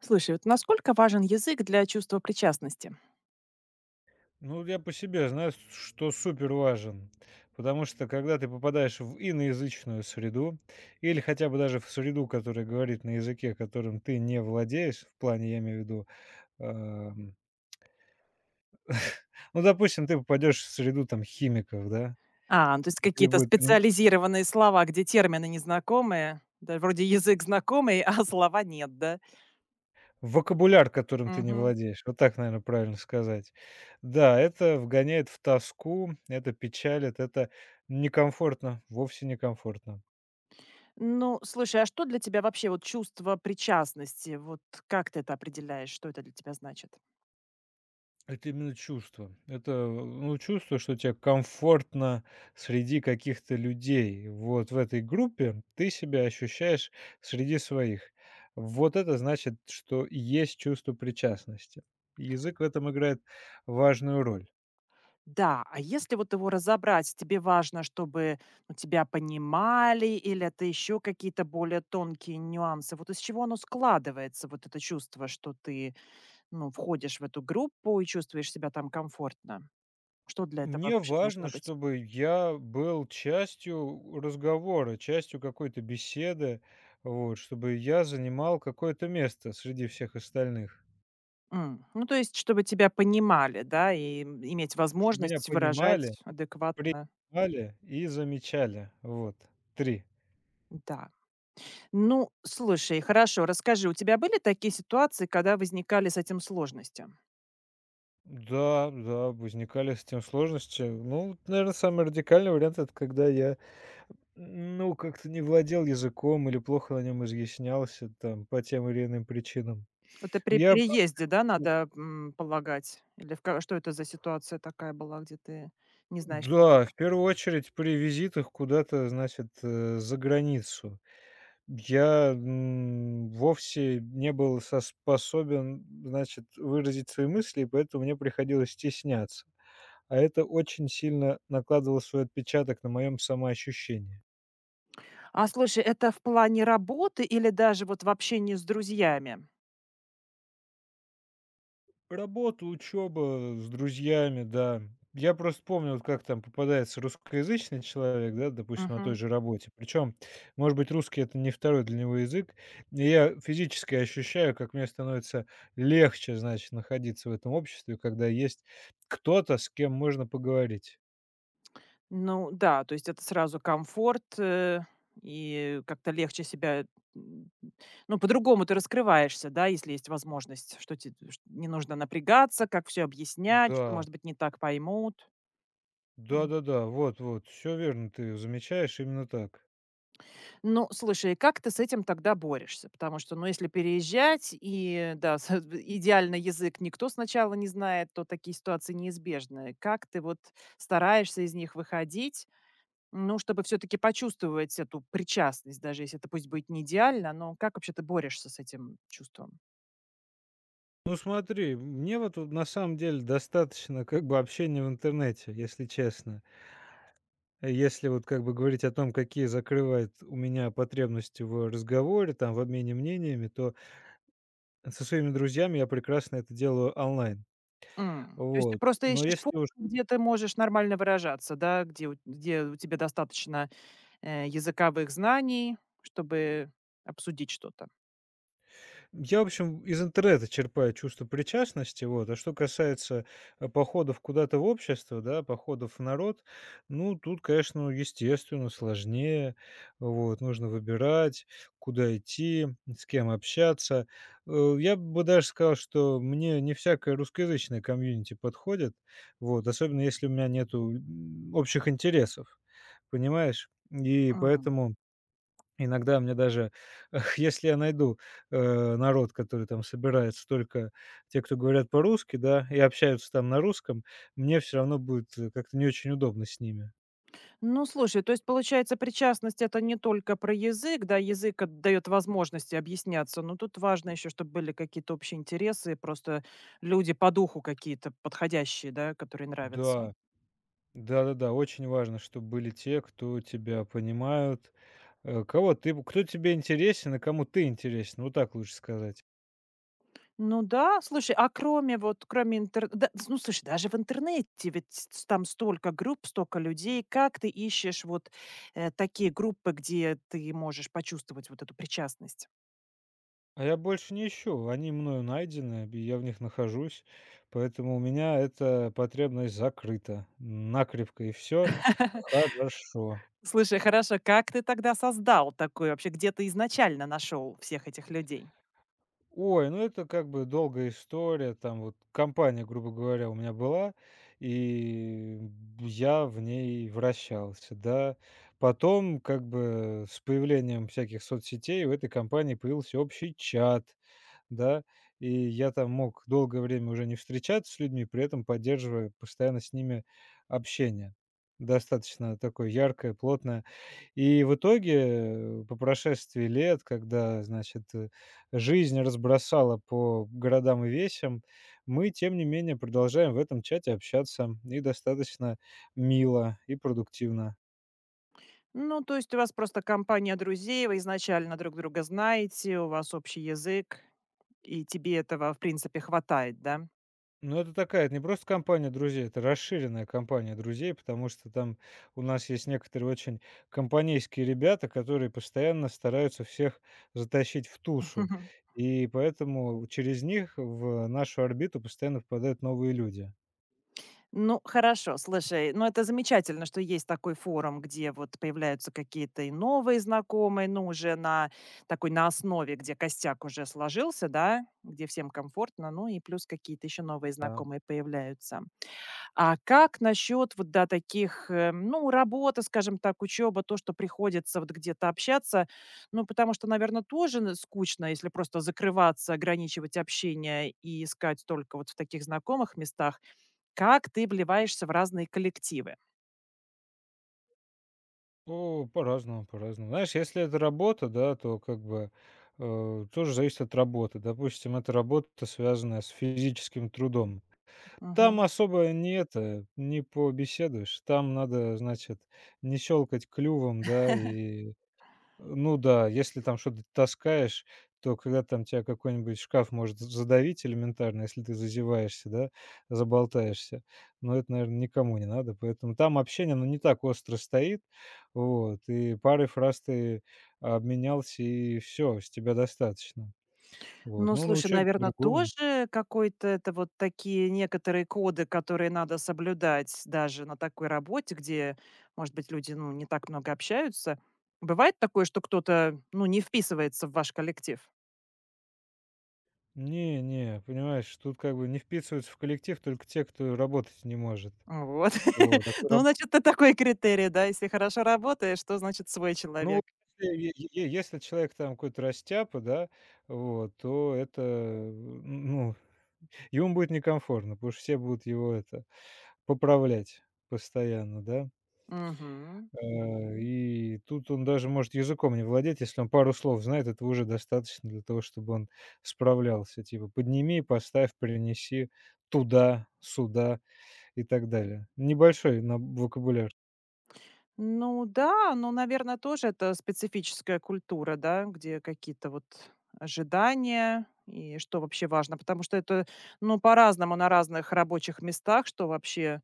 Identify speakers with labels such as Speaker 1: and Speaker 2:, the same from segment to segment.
Speaker 1: Слушай, вот насколько важен язык для чувства причастности?
Speaker 2: Ну, я по себе знаю, с что супер важен, потому что когда ты попадаешь в иноязычную среду или хотя бы даже в среду, которая говорит на языке, которым ты не владеешь, в плане, я имею в виду, эм, ну, допустим, ты попадешь в среду там химиков, да,
Speaker 1: А, ну, то есть
Speaker 2: где
Speaker 1: какие-то
Speaker 2: будет н
Speaker 1: специализированные слова, где термины незнакомые, да, вроде язык знакомый, а слова нет, да?
Speaker 2: вокабуляр, которым ты не
Speaker 1: Мгм.
Speaker 2: владеешь, вот так, наверное, правильно сказать. Да, это вгоняет в тоску, это печалит, это некомфортно, вовсе некомфортно.
Speaker 1: Ну, слушай, а что для тебя вообще вот чувство причастности? Вот как ты это определяешь, что это для тебя значит?
Speaker 2: Это именно чувство. Это, ну, чувство, что тебе комфортно среди каких-то людей. Вот в этой группе ты себя ощущаешь среди своих. Вот это значит, что есть чувство причастности. Язык в этом играет важную роль.
Speaker 1: Да, а если вот его разобрать, тебе важно, чтобы ну, тебя понимали, или это еще какие-то более тонкие нюансы? Вот из чего оно складывается, вот это чувство, что ты. Ну, входишь в эту группу и чувствуешь себя там комфортно. Что для этого
Speaker 2: Мне
Speaker 1: вообще
Speaker 2: важно,
Speaker 1: должно быть?
Speaker 2: чтобы я был частью разговора, частью какой-то беседы, вот, чтобы я занимал какое-то место среди всех остальных,
Speaker 1: М, ну, то есть, чтобы тебя понимали, да, и, иметь
Speaker 2: чтобы меня
Speaker 1: возможность
Speaker 2: понимали,
Speaker 1: выражать адекватно.
Speaker 2: принимали и замечали. Вот три.
Speaker 1: Да. Ну, слушай, хорошо, расскажи, у тебя были такие ситуации, когда возникали с этим сложности?
Speaker 2: Да, да, возникали с этим сложности. Ну, наверное, самый радикальный вариант - это когда я, ну, как-то не владел языком или плохо на нем изъяснялся там по тем или иным причинам.
Speaker 1: Это при
Speaker 2: Я просто.
Speaker 1: переезде, да, надо, полагать? Или в ка что это за ситуация такая была, где ты не знаешь
Speaker 2: Да,
Speaker 1: язык?
Speaker 2: в первую очередь при визитах куда-то, значит, за границу. Я, вовсе не был со способен, значит, выразить свои мысли, и поэтому мне приходилось стесняться. А это очень сильно накладывало свой отпечаток на моем самоощущении.
Speaker 1: А слушай, это в плане работы или даже вот в общении с друзьями?
Speaker 2: Работа, учеба, с друзьями, да. Я просто помню, вот как там попадается русскоязычный человек, да, допустим, на той же работе. Причем, может быть, русский это не второй для него язык. И я физически ощущаю, как мне становится легче, значит, находиться в этом обществе, когда есть кто-то, с кем можно поговорить.
Speaker 1: Ну да, то есть это сразу комфорт, и как-то легче себя, м, ну, по-другому ты раскрываешься, да, если есть возможность, что тебе не нужно напрягаться, как все объяснять, что,
Speaker 2: Да,
Speaker 1: может быть, не так поймут. М.
Speaker 2: да-да-да, вот-вот, все верно, ты замечаешь именно так.
Speaker 1: Ну, слушай, и как ты с этим тогда борешься? Потому что, ну, если переезжать и, да, с идеальный язык никто сначала не знает, то такие ситуации неизбежны. Как ты вот стараешься из них выходить, ну, чтобы все таки почувствовать эту причастность, даже если это пусть будет не идеально, но как вообще ты борешься с этим чувством?
Speaker 2: Ну смотри, мне вот на самом деле достаточно как бы общения в интернете, если честно. Если вот как бы говорить о том, какие закрывает у меня потребности в разговоре, там, в обмене мнениями, то со своими друзьями я прекрасно это делаю онлайн.
Speaker 1: М, то есть ты
Speaker 2: Вот.
Speaker 1: просто
Speaker 2: Но
Speaker 1: ищешь форму,
Speaker 2: если.
Speaker 1: где ты можешь нормально выражаться, да, где у тебя достаточно, языковых знаний, чтобы обсудить что-то.
Speaker 2: Я, в общем, из интернета черпаю чувство причастности, вот. А что касается, походов куда-то в общество, да, походов в народ, ну, тут, конечно, естественно, сложнее. Вот, нужно выбирать, куда идти, с кем общаться. Я бы даже сказал, что мне не всякое русскоязычное комьюнити подходит, вот, особенно если у меня нету, общих интересов, понимаешь? И
Speaker 1: М.
Speaker 2: поэтому. Иногда мне даже, если я найду, народ, который там собирается только те, кто говорят по-русски, да, и общаются там на русском, мне все равно будет, как-то не очень удобно с ними.
Speaker 1: Ну, слушай, то есть, получается, причастность — это не только про язык, да, язык дает возможности объясняться, но тут важно еще, чтобы были какие-то общие интересы, просто люди по духу какие-то подходящие, да, которые нравятся.
Speaker 2: Да, да-да-да, очень важно, чтобы были те, кто тебя понимают, кого ты кто тебе интересен и кому ты интересен, вот так лучше сказать.
Speaker 1: Ну да, слушай, а кроме интернета, ну, слушай, даже в интернете ведь с там столько групп, столько людей. Как ты ищешь вот, такие группы, где ты можешь почувствовать вот эту причастность?
Speaker 2: А я больше не ищу. Они мною найдены, и я в них нахожусь. Поэтому у меня эта потребность закрыта накрепко, и все хорошо.
Speaker 1: Слушай, хорошо, как ты тогда создал такой вообще? Где ты изначально нашел всех этих людей?
Speaker 2: Ой, ну это как бы долгая история. Там вот компания, грубо говоря, у меня была, и я в ней вращался, да. Потом как бы с появлением всяких соцсетей у этой компании появился общий чат. Да, и я там мог долгое время уже не встречаться с людьми, при этом поддерживая постоянно с ними общение. Достаточно такое яркое, плотное. И в итоге, по прошествии лет, когда, значит, жизнь разбросала по городам и весям, мы, тем не менее, продолжаем в этом чате общаться и достаточно мило и продуктивно.
Speaker 1: Ну, то есть у вас просто компания друзей, вы изначально друг друга знаете, у вас общий язык, и тебе этого, в принципе, хватает, да?
Speaker 2: Ну, это такая, это не просто компания друзей, это расширенная компания друзей, потому что там у нас есть некоторые очень компанейские ребята, которые постоянно стараются всех затащить в тушу. И поэтому через них в нашу орбиту постоянно попадают новые люди.
Speaker 1: Ну, хорошо, слушай, ну это замечательно, что есть такой форум, где вот появляются какие-то и новые знакомые, ну уже на такой на основе, где костяк уже сложился, да, где всем комфортно, ну и плюс какие-то еще новые
Speaker 2: Да.
Speaker 1: знакомые появляются. А как насчет вот, да, таких, ну, работы, скажем так, учеба, то, что приходится вот где-то общаться, ну, потому что, наверное, тоже скучно, если просто закрываться, ограничивать общение и искать только вот в таких знакомых местах, как ты вливаешься в разные коллективы?
Speaker 2: О, по-разному, по-разному. Знаешь, если это работа, да, то как бы, тоже зависит от работы. Допустим, это работа, связанная с физическим трудом. Там
Speaker 1: Мгм.
Speaker 2: особо не это, не побеседуешь. Там надо, значит, не щелкать клювом, да, и, ну да, если там что-то таскаешь, то когда там тебя какой-нибудь шкаф может задавить элементарно, если ты зазеваешься, да, заболтаешься. Но это, наверное, никому не надо. Поэтому там общение, ну не так остро стоит. Вот. И пары фраз ты обменялся, и все, с тебя достаточно. Вот.
Speaker 1: Ну,
Speaker 2: Ну, на
Speaker 1: слушай,
Speaker 2: учебе
Speaker 1: наверное,
Speaker 2: по-другому.
Speaker 1: тоже какой-то это вот такие некоторые коды, которые надо соблюдать даже на такой работе, где, может быть, люди, ну, не так много общаются. Бывает такое, что кто-то, ну, не вписывается в ваш коллектив?
Speaker 2: Не, не, понимаешь, тут как бы не вписываются в коллектив только те, кто работать не может.
Speaker 1: Вот.
Speaker 2: Вот, а кто
Speaker 1: Ну, значит, это такой критерий, да? Если хорошо работаешь, то, значит, свой
Speaker 2: ну,
Speaker 1: человек.
Speaker 2: если, если человек там какой-то растяпа, да, вот, то это, ну, ему будет некомфортно, потому что все будут его это поправлять постоянно, да.
Speaker 1: Мгм.
Speaker 2: И тут он даже может языком не владеть, если он пару слов знает, этого уже достаточно для того, чтобы он справлялся. Типа, подними, поставь, принеси туда, сюда. И так далее. Небольшой на вокабуляр.
Speaker 1: Ну да, ну, наверное, тоже это специфическая культура, да, где какие-то вот ожидания и что вообще важно, потому что это, ну, по-разному на разных рабочих местах, что вообще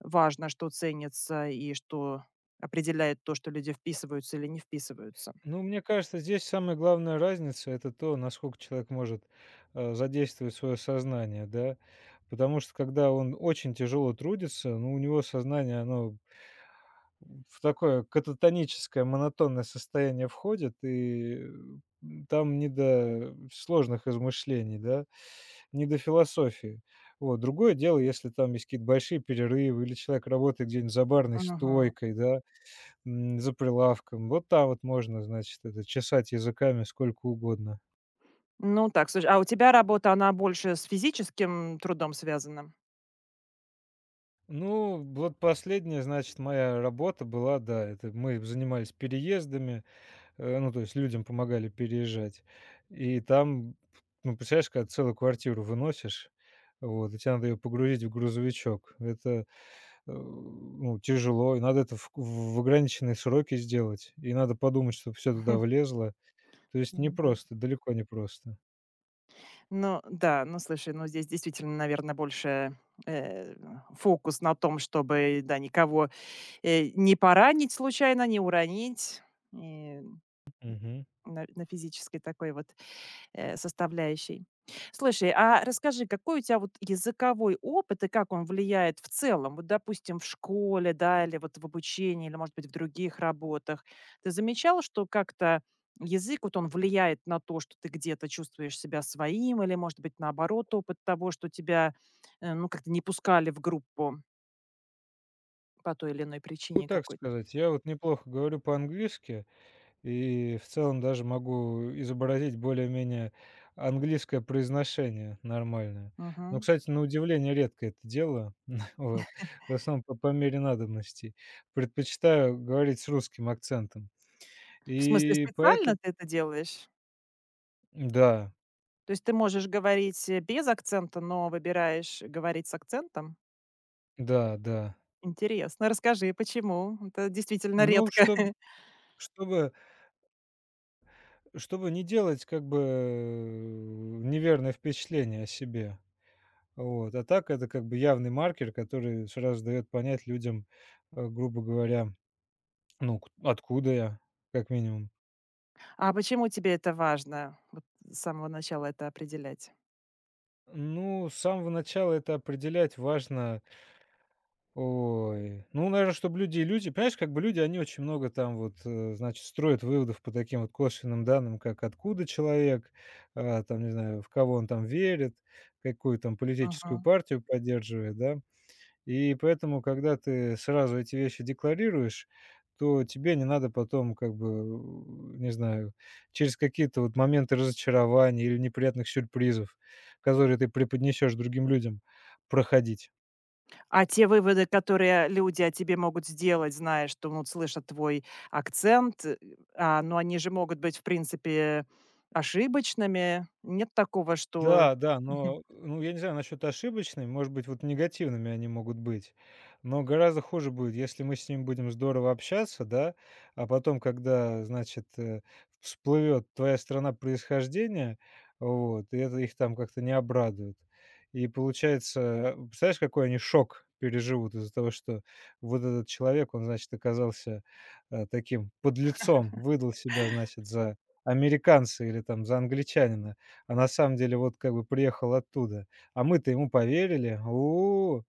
Speaker 1: важно, что ценится и что определяет то, что люди вписываются или не вписываются.
Speaker 2: Ну, мне кажется, здесь самая главная разница - это то, насколько человек может, задействовать свое сознание, да. Потому что когда он очень тяжело трудится, ну, у него сознание, оно в такое кататоническое, монотонное состояние входит, и, там не до сложных измышлений, да, не до философии. Вот. Другое дело, если там есть какие-то большие перерывы или человек работает где-нибудь за барной
Speaker 1: Мгм.
Speaker 2: стойкой, да. За прилавком. Вот там вот можно, значит, это, чесать языками сколько угодно.
Speaker 1: Ну так, слушай, а у тебя работа, она больше с физическим трудом связана?
Speaker 2: Ну, вот последняя, значит, моя работа была, да, это мы занимались переездами, ну, то есть людям помогали переезжать. И там, ну, представляешь, когда целую квартиру выносишь, вот, и тебе надо ее погрузить в грузовичок. Это, ну, тяжело, и надо это в ограниченные сроки сделать, и надо подумать, чтобы все туда влезло. То есть
Speaker 1: Ну да.
Speaker 2: непросто, далеко не просто.
Speaker 1: Ну да, ну слушай, ну здесь действительно, наверное, больше, э, фокус на том, чтобы, да, никого, не поранить случайно, не уронить. И на физической такой вот составляющей. Слушай, а расскажи, какой у тебя вот языковой опыт и как он влияет в целом? Вот, допустим, в школе, да, или вот в обучении, или, может быть, в других работах. Ты замечала, что как-то язык, вот он влияет на то, что ты где-то чувствуешь себя своим, или, может быть, наоборот, опыт того, что тебя, ну, как-то не пускали в группу по той или иной
Speaker 2: Могу
Speaker 1: причине
Speaker 2: так
Speaker 1: какой-то?
Speaker 2: сказать, я вот неплохо говорю по-английски и в целом даже могу изобразить более-менее английское произношение нормальное. Но,
Speaker 1: Мгм.
Speaker 2: кстати, на удивление редко это делаю, вот, в основном по мере надобностей. Предпочитаю говорить с русским акцентом.
Speaker 1: В смысле,
Speaker 2: И
Speaker 1: специально
Speaker 2: поэтому.
Speaker 1: ты это делаешь?
Speaker 2: Да,
Speaker 1: То есть ты можешь говорить, без акцента, но выбираешь говорить с акцентом?
Speaker 2: да, да.
Speaker 1: Интересно. Расскажи, почему? Это действительно
Speaker 2: Ну,
Speaker 1: редко.
Speaker 2: чтобы чтобы не делать как бы, неверное впечатление о себе. Вот. А так это как бы явный маркер, который сразу дает понять людям, грубо говоря, ну, к откуда я, как минимум.
Speaker 1: А почему тебе это важно, вот с самого начала это определять?
Speaker 2: Ну, с самого начала это определять важно. Ой, ну, наверно, чтобы люди понимаешь, как бы люди, они очень много там вот, значит, строят выводов по таким вот косвенным данным, как откуда человек, а, там, не знаю, в кого он там верит, какую там политическую
Speaker 1: Мгм.
Speaker 2: партию поддерживает, да. И поэтому, когда ты сразу эти вещи декларируешь, то тебе не надо потом, как бы, не знаю, через какие-то вот моменты разочарования или неприятных сюрпризов, которые ты преподнесешь другим людям, проходить.
Speaker 1: А те выводы, которые люди о тебе могут сделать, зная, что ну, вот слышат твой акцент, а, но они же могут быть, в принципе, ошибочными. Нет такого, что.
Speaker 2: Да, да,
Speaker 1: Мгм.
Speaker 2: но, ну, я не знаю насчет ошибочными, может быть, вот негативными они могут быть, но гораздо хуже будет, если мы с ним будем здорово общаться, да, а потом, когда, значит, всплывет твоя страна происхождения, вот, и это их там как-то не обрадует. И получается, представляешь, какой они шок переживут из-за того, что вот этот человек, он, значит, оказался, таким подлецом, выдал себя, значит, за американца или там за англичанина. А на самом деле вот как бы приехал оттуда. А мы-то ему поверили.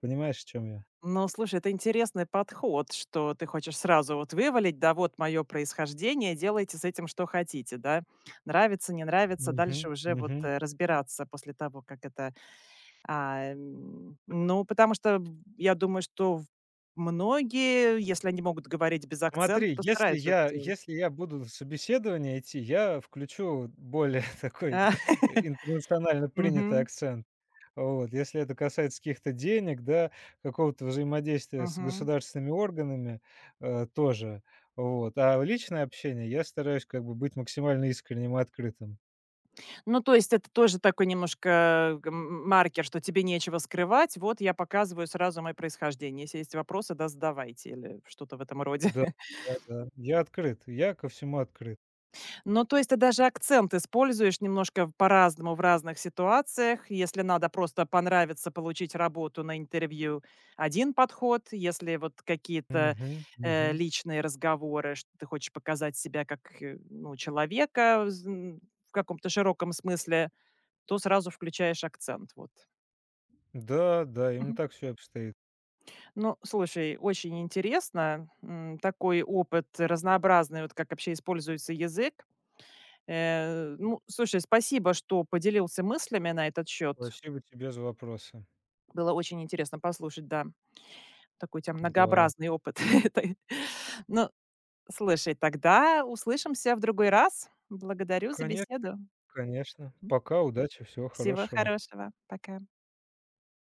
Speaker 2: Понимаешь, в чем я?
Speaker 1: Ну, слушай, это интересный подход, что ты хочешь сразу вот вывалить, да, вот мое происхождение, делайте с этим что хотите, да. Нравится, не нравится,
Speaker 2: Мгм,
Speaker 1: дальше уже вот
Speaker 2: мгм.
Speaker 1: разбираться после того, как это. А, ну, потому что в я думаю, что в многие, если они могут говорить без акцента,
Speaker 2: Смотри,
Speaker 1: то
Speaker 2: если
Speaker 1: стараются это
Speaker 2: я
Speaker 1: делать.
Speaker 2: если я буду на собеседование идти, я включу более такой,
Speaker 1: А.
Speaker 2: интернационально принятый
Speaker 1: Мгм,
Speaker 2: акцент. Вот. Если это касается каких-то денег, да, какого-то взаимодействия с
Speaker 1: мгм.
Speaker 2: государственными органами, тоже. Вот. А в личное общение я стараюсь как бы быть максимально искренним и открытым.
Speaker 1: Ну, то есть это тоже такой немножко маркер, что тебе нечего скрывать. Вот я показываю сразу моё происхождение. Если есть вопросы, да, задавайте или что-то в этом роде.
Speaker 2: Да, да-да. Я открыт, я ко всему открыт.
Speaker 1: Ну, то есть ты даже акцент используешь немножко в по-разному в разных ситуациях. Если надо просто понравиться, получить работу на интервью — один подход. Если вот какие-то,
Speaker 2: Мгм, мгм.
Speaker 1: личные разговоры, что ты хочешь показать себя как, ну, человека в каком-то широком смысле, то сразу включаешь акцент. Вот.
Speaker 2: Да, да, именно
Speaker 1: Мгм.
Speaker 2: так все обстоит.
Speaker 1: Ну, слушай, очень интересно, такой опыт разнообразный, вот как вообще используется язык. Ну, слушай, спасибо, что поделился мыслями на этот счет.
Speaker 2: Спасибо тебе за вопросы.
Speaker 1: Было очень интересно послушать, да, такой у тебя
Speaker 2: Да.
Speaker 1: многообразный опыт. этой. Ну, слушай, тогда услышимся в другой раз. Благодарю за
Speaker 2: Конечно,
Speaker 1: беседу.
Speaker 2: конечно. Пока, удачи, всего
Speaker 1: Всего
Speaker 2: хорошего.
Speaker 1: хорошего. Пока.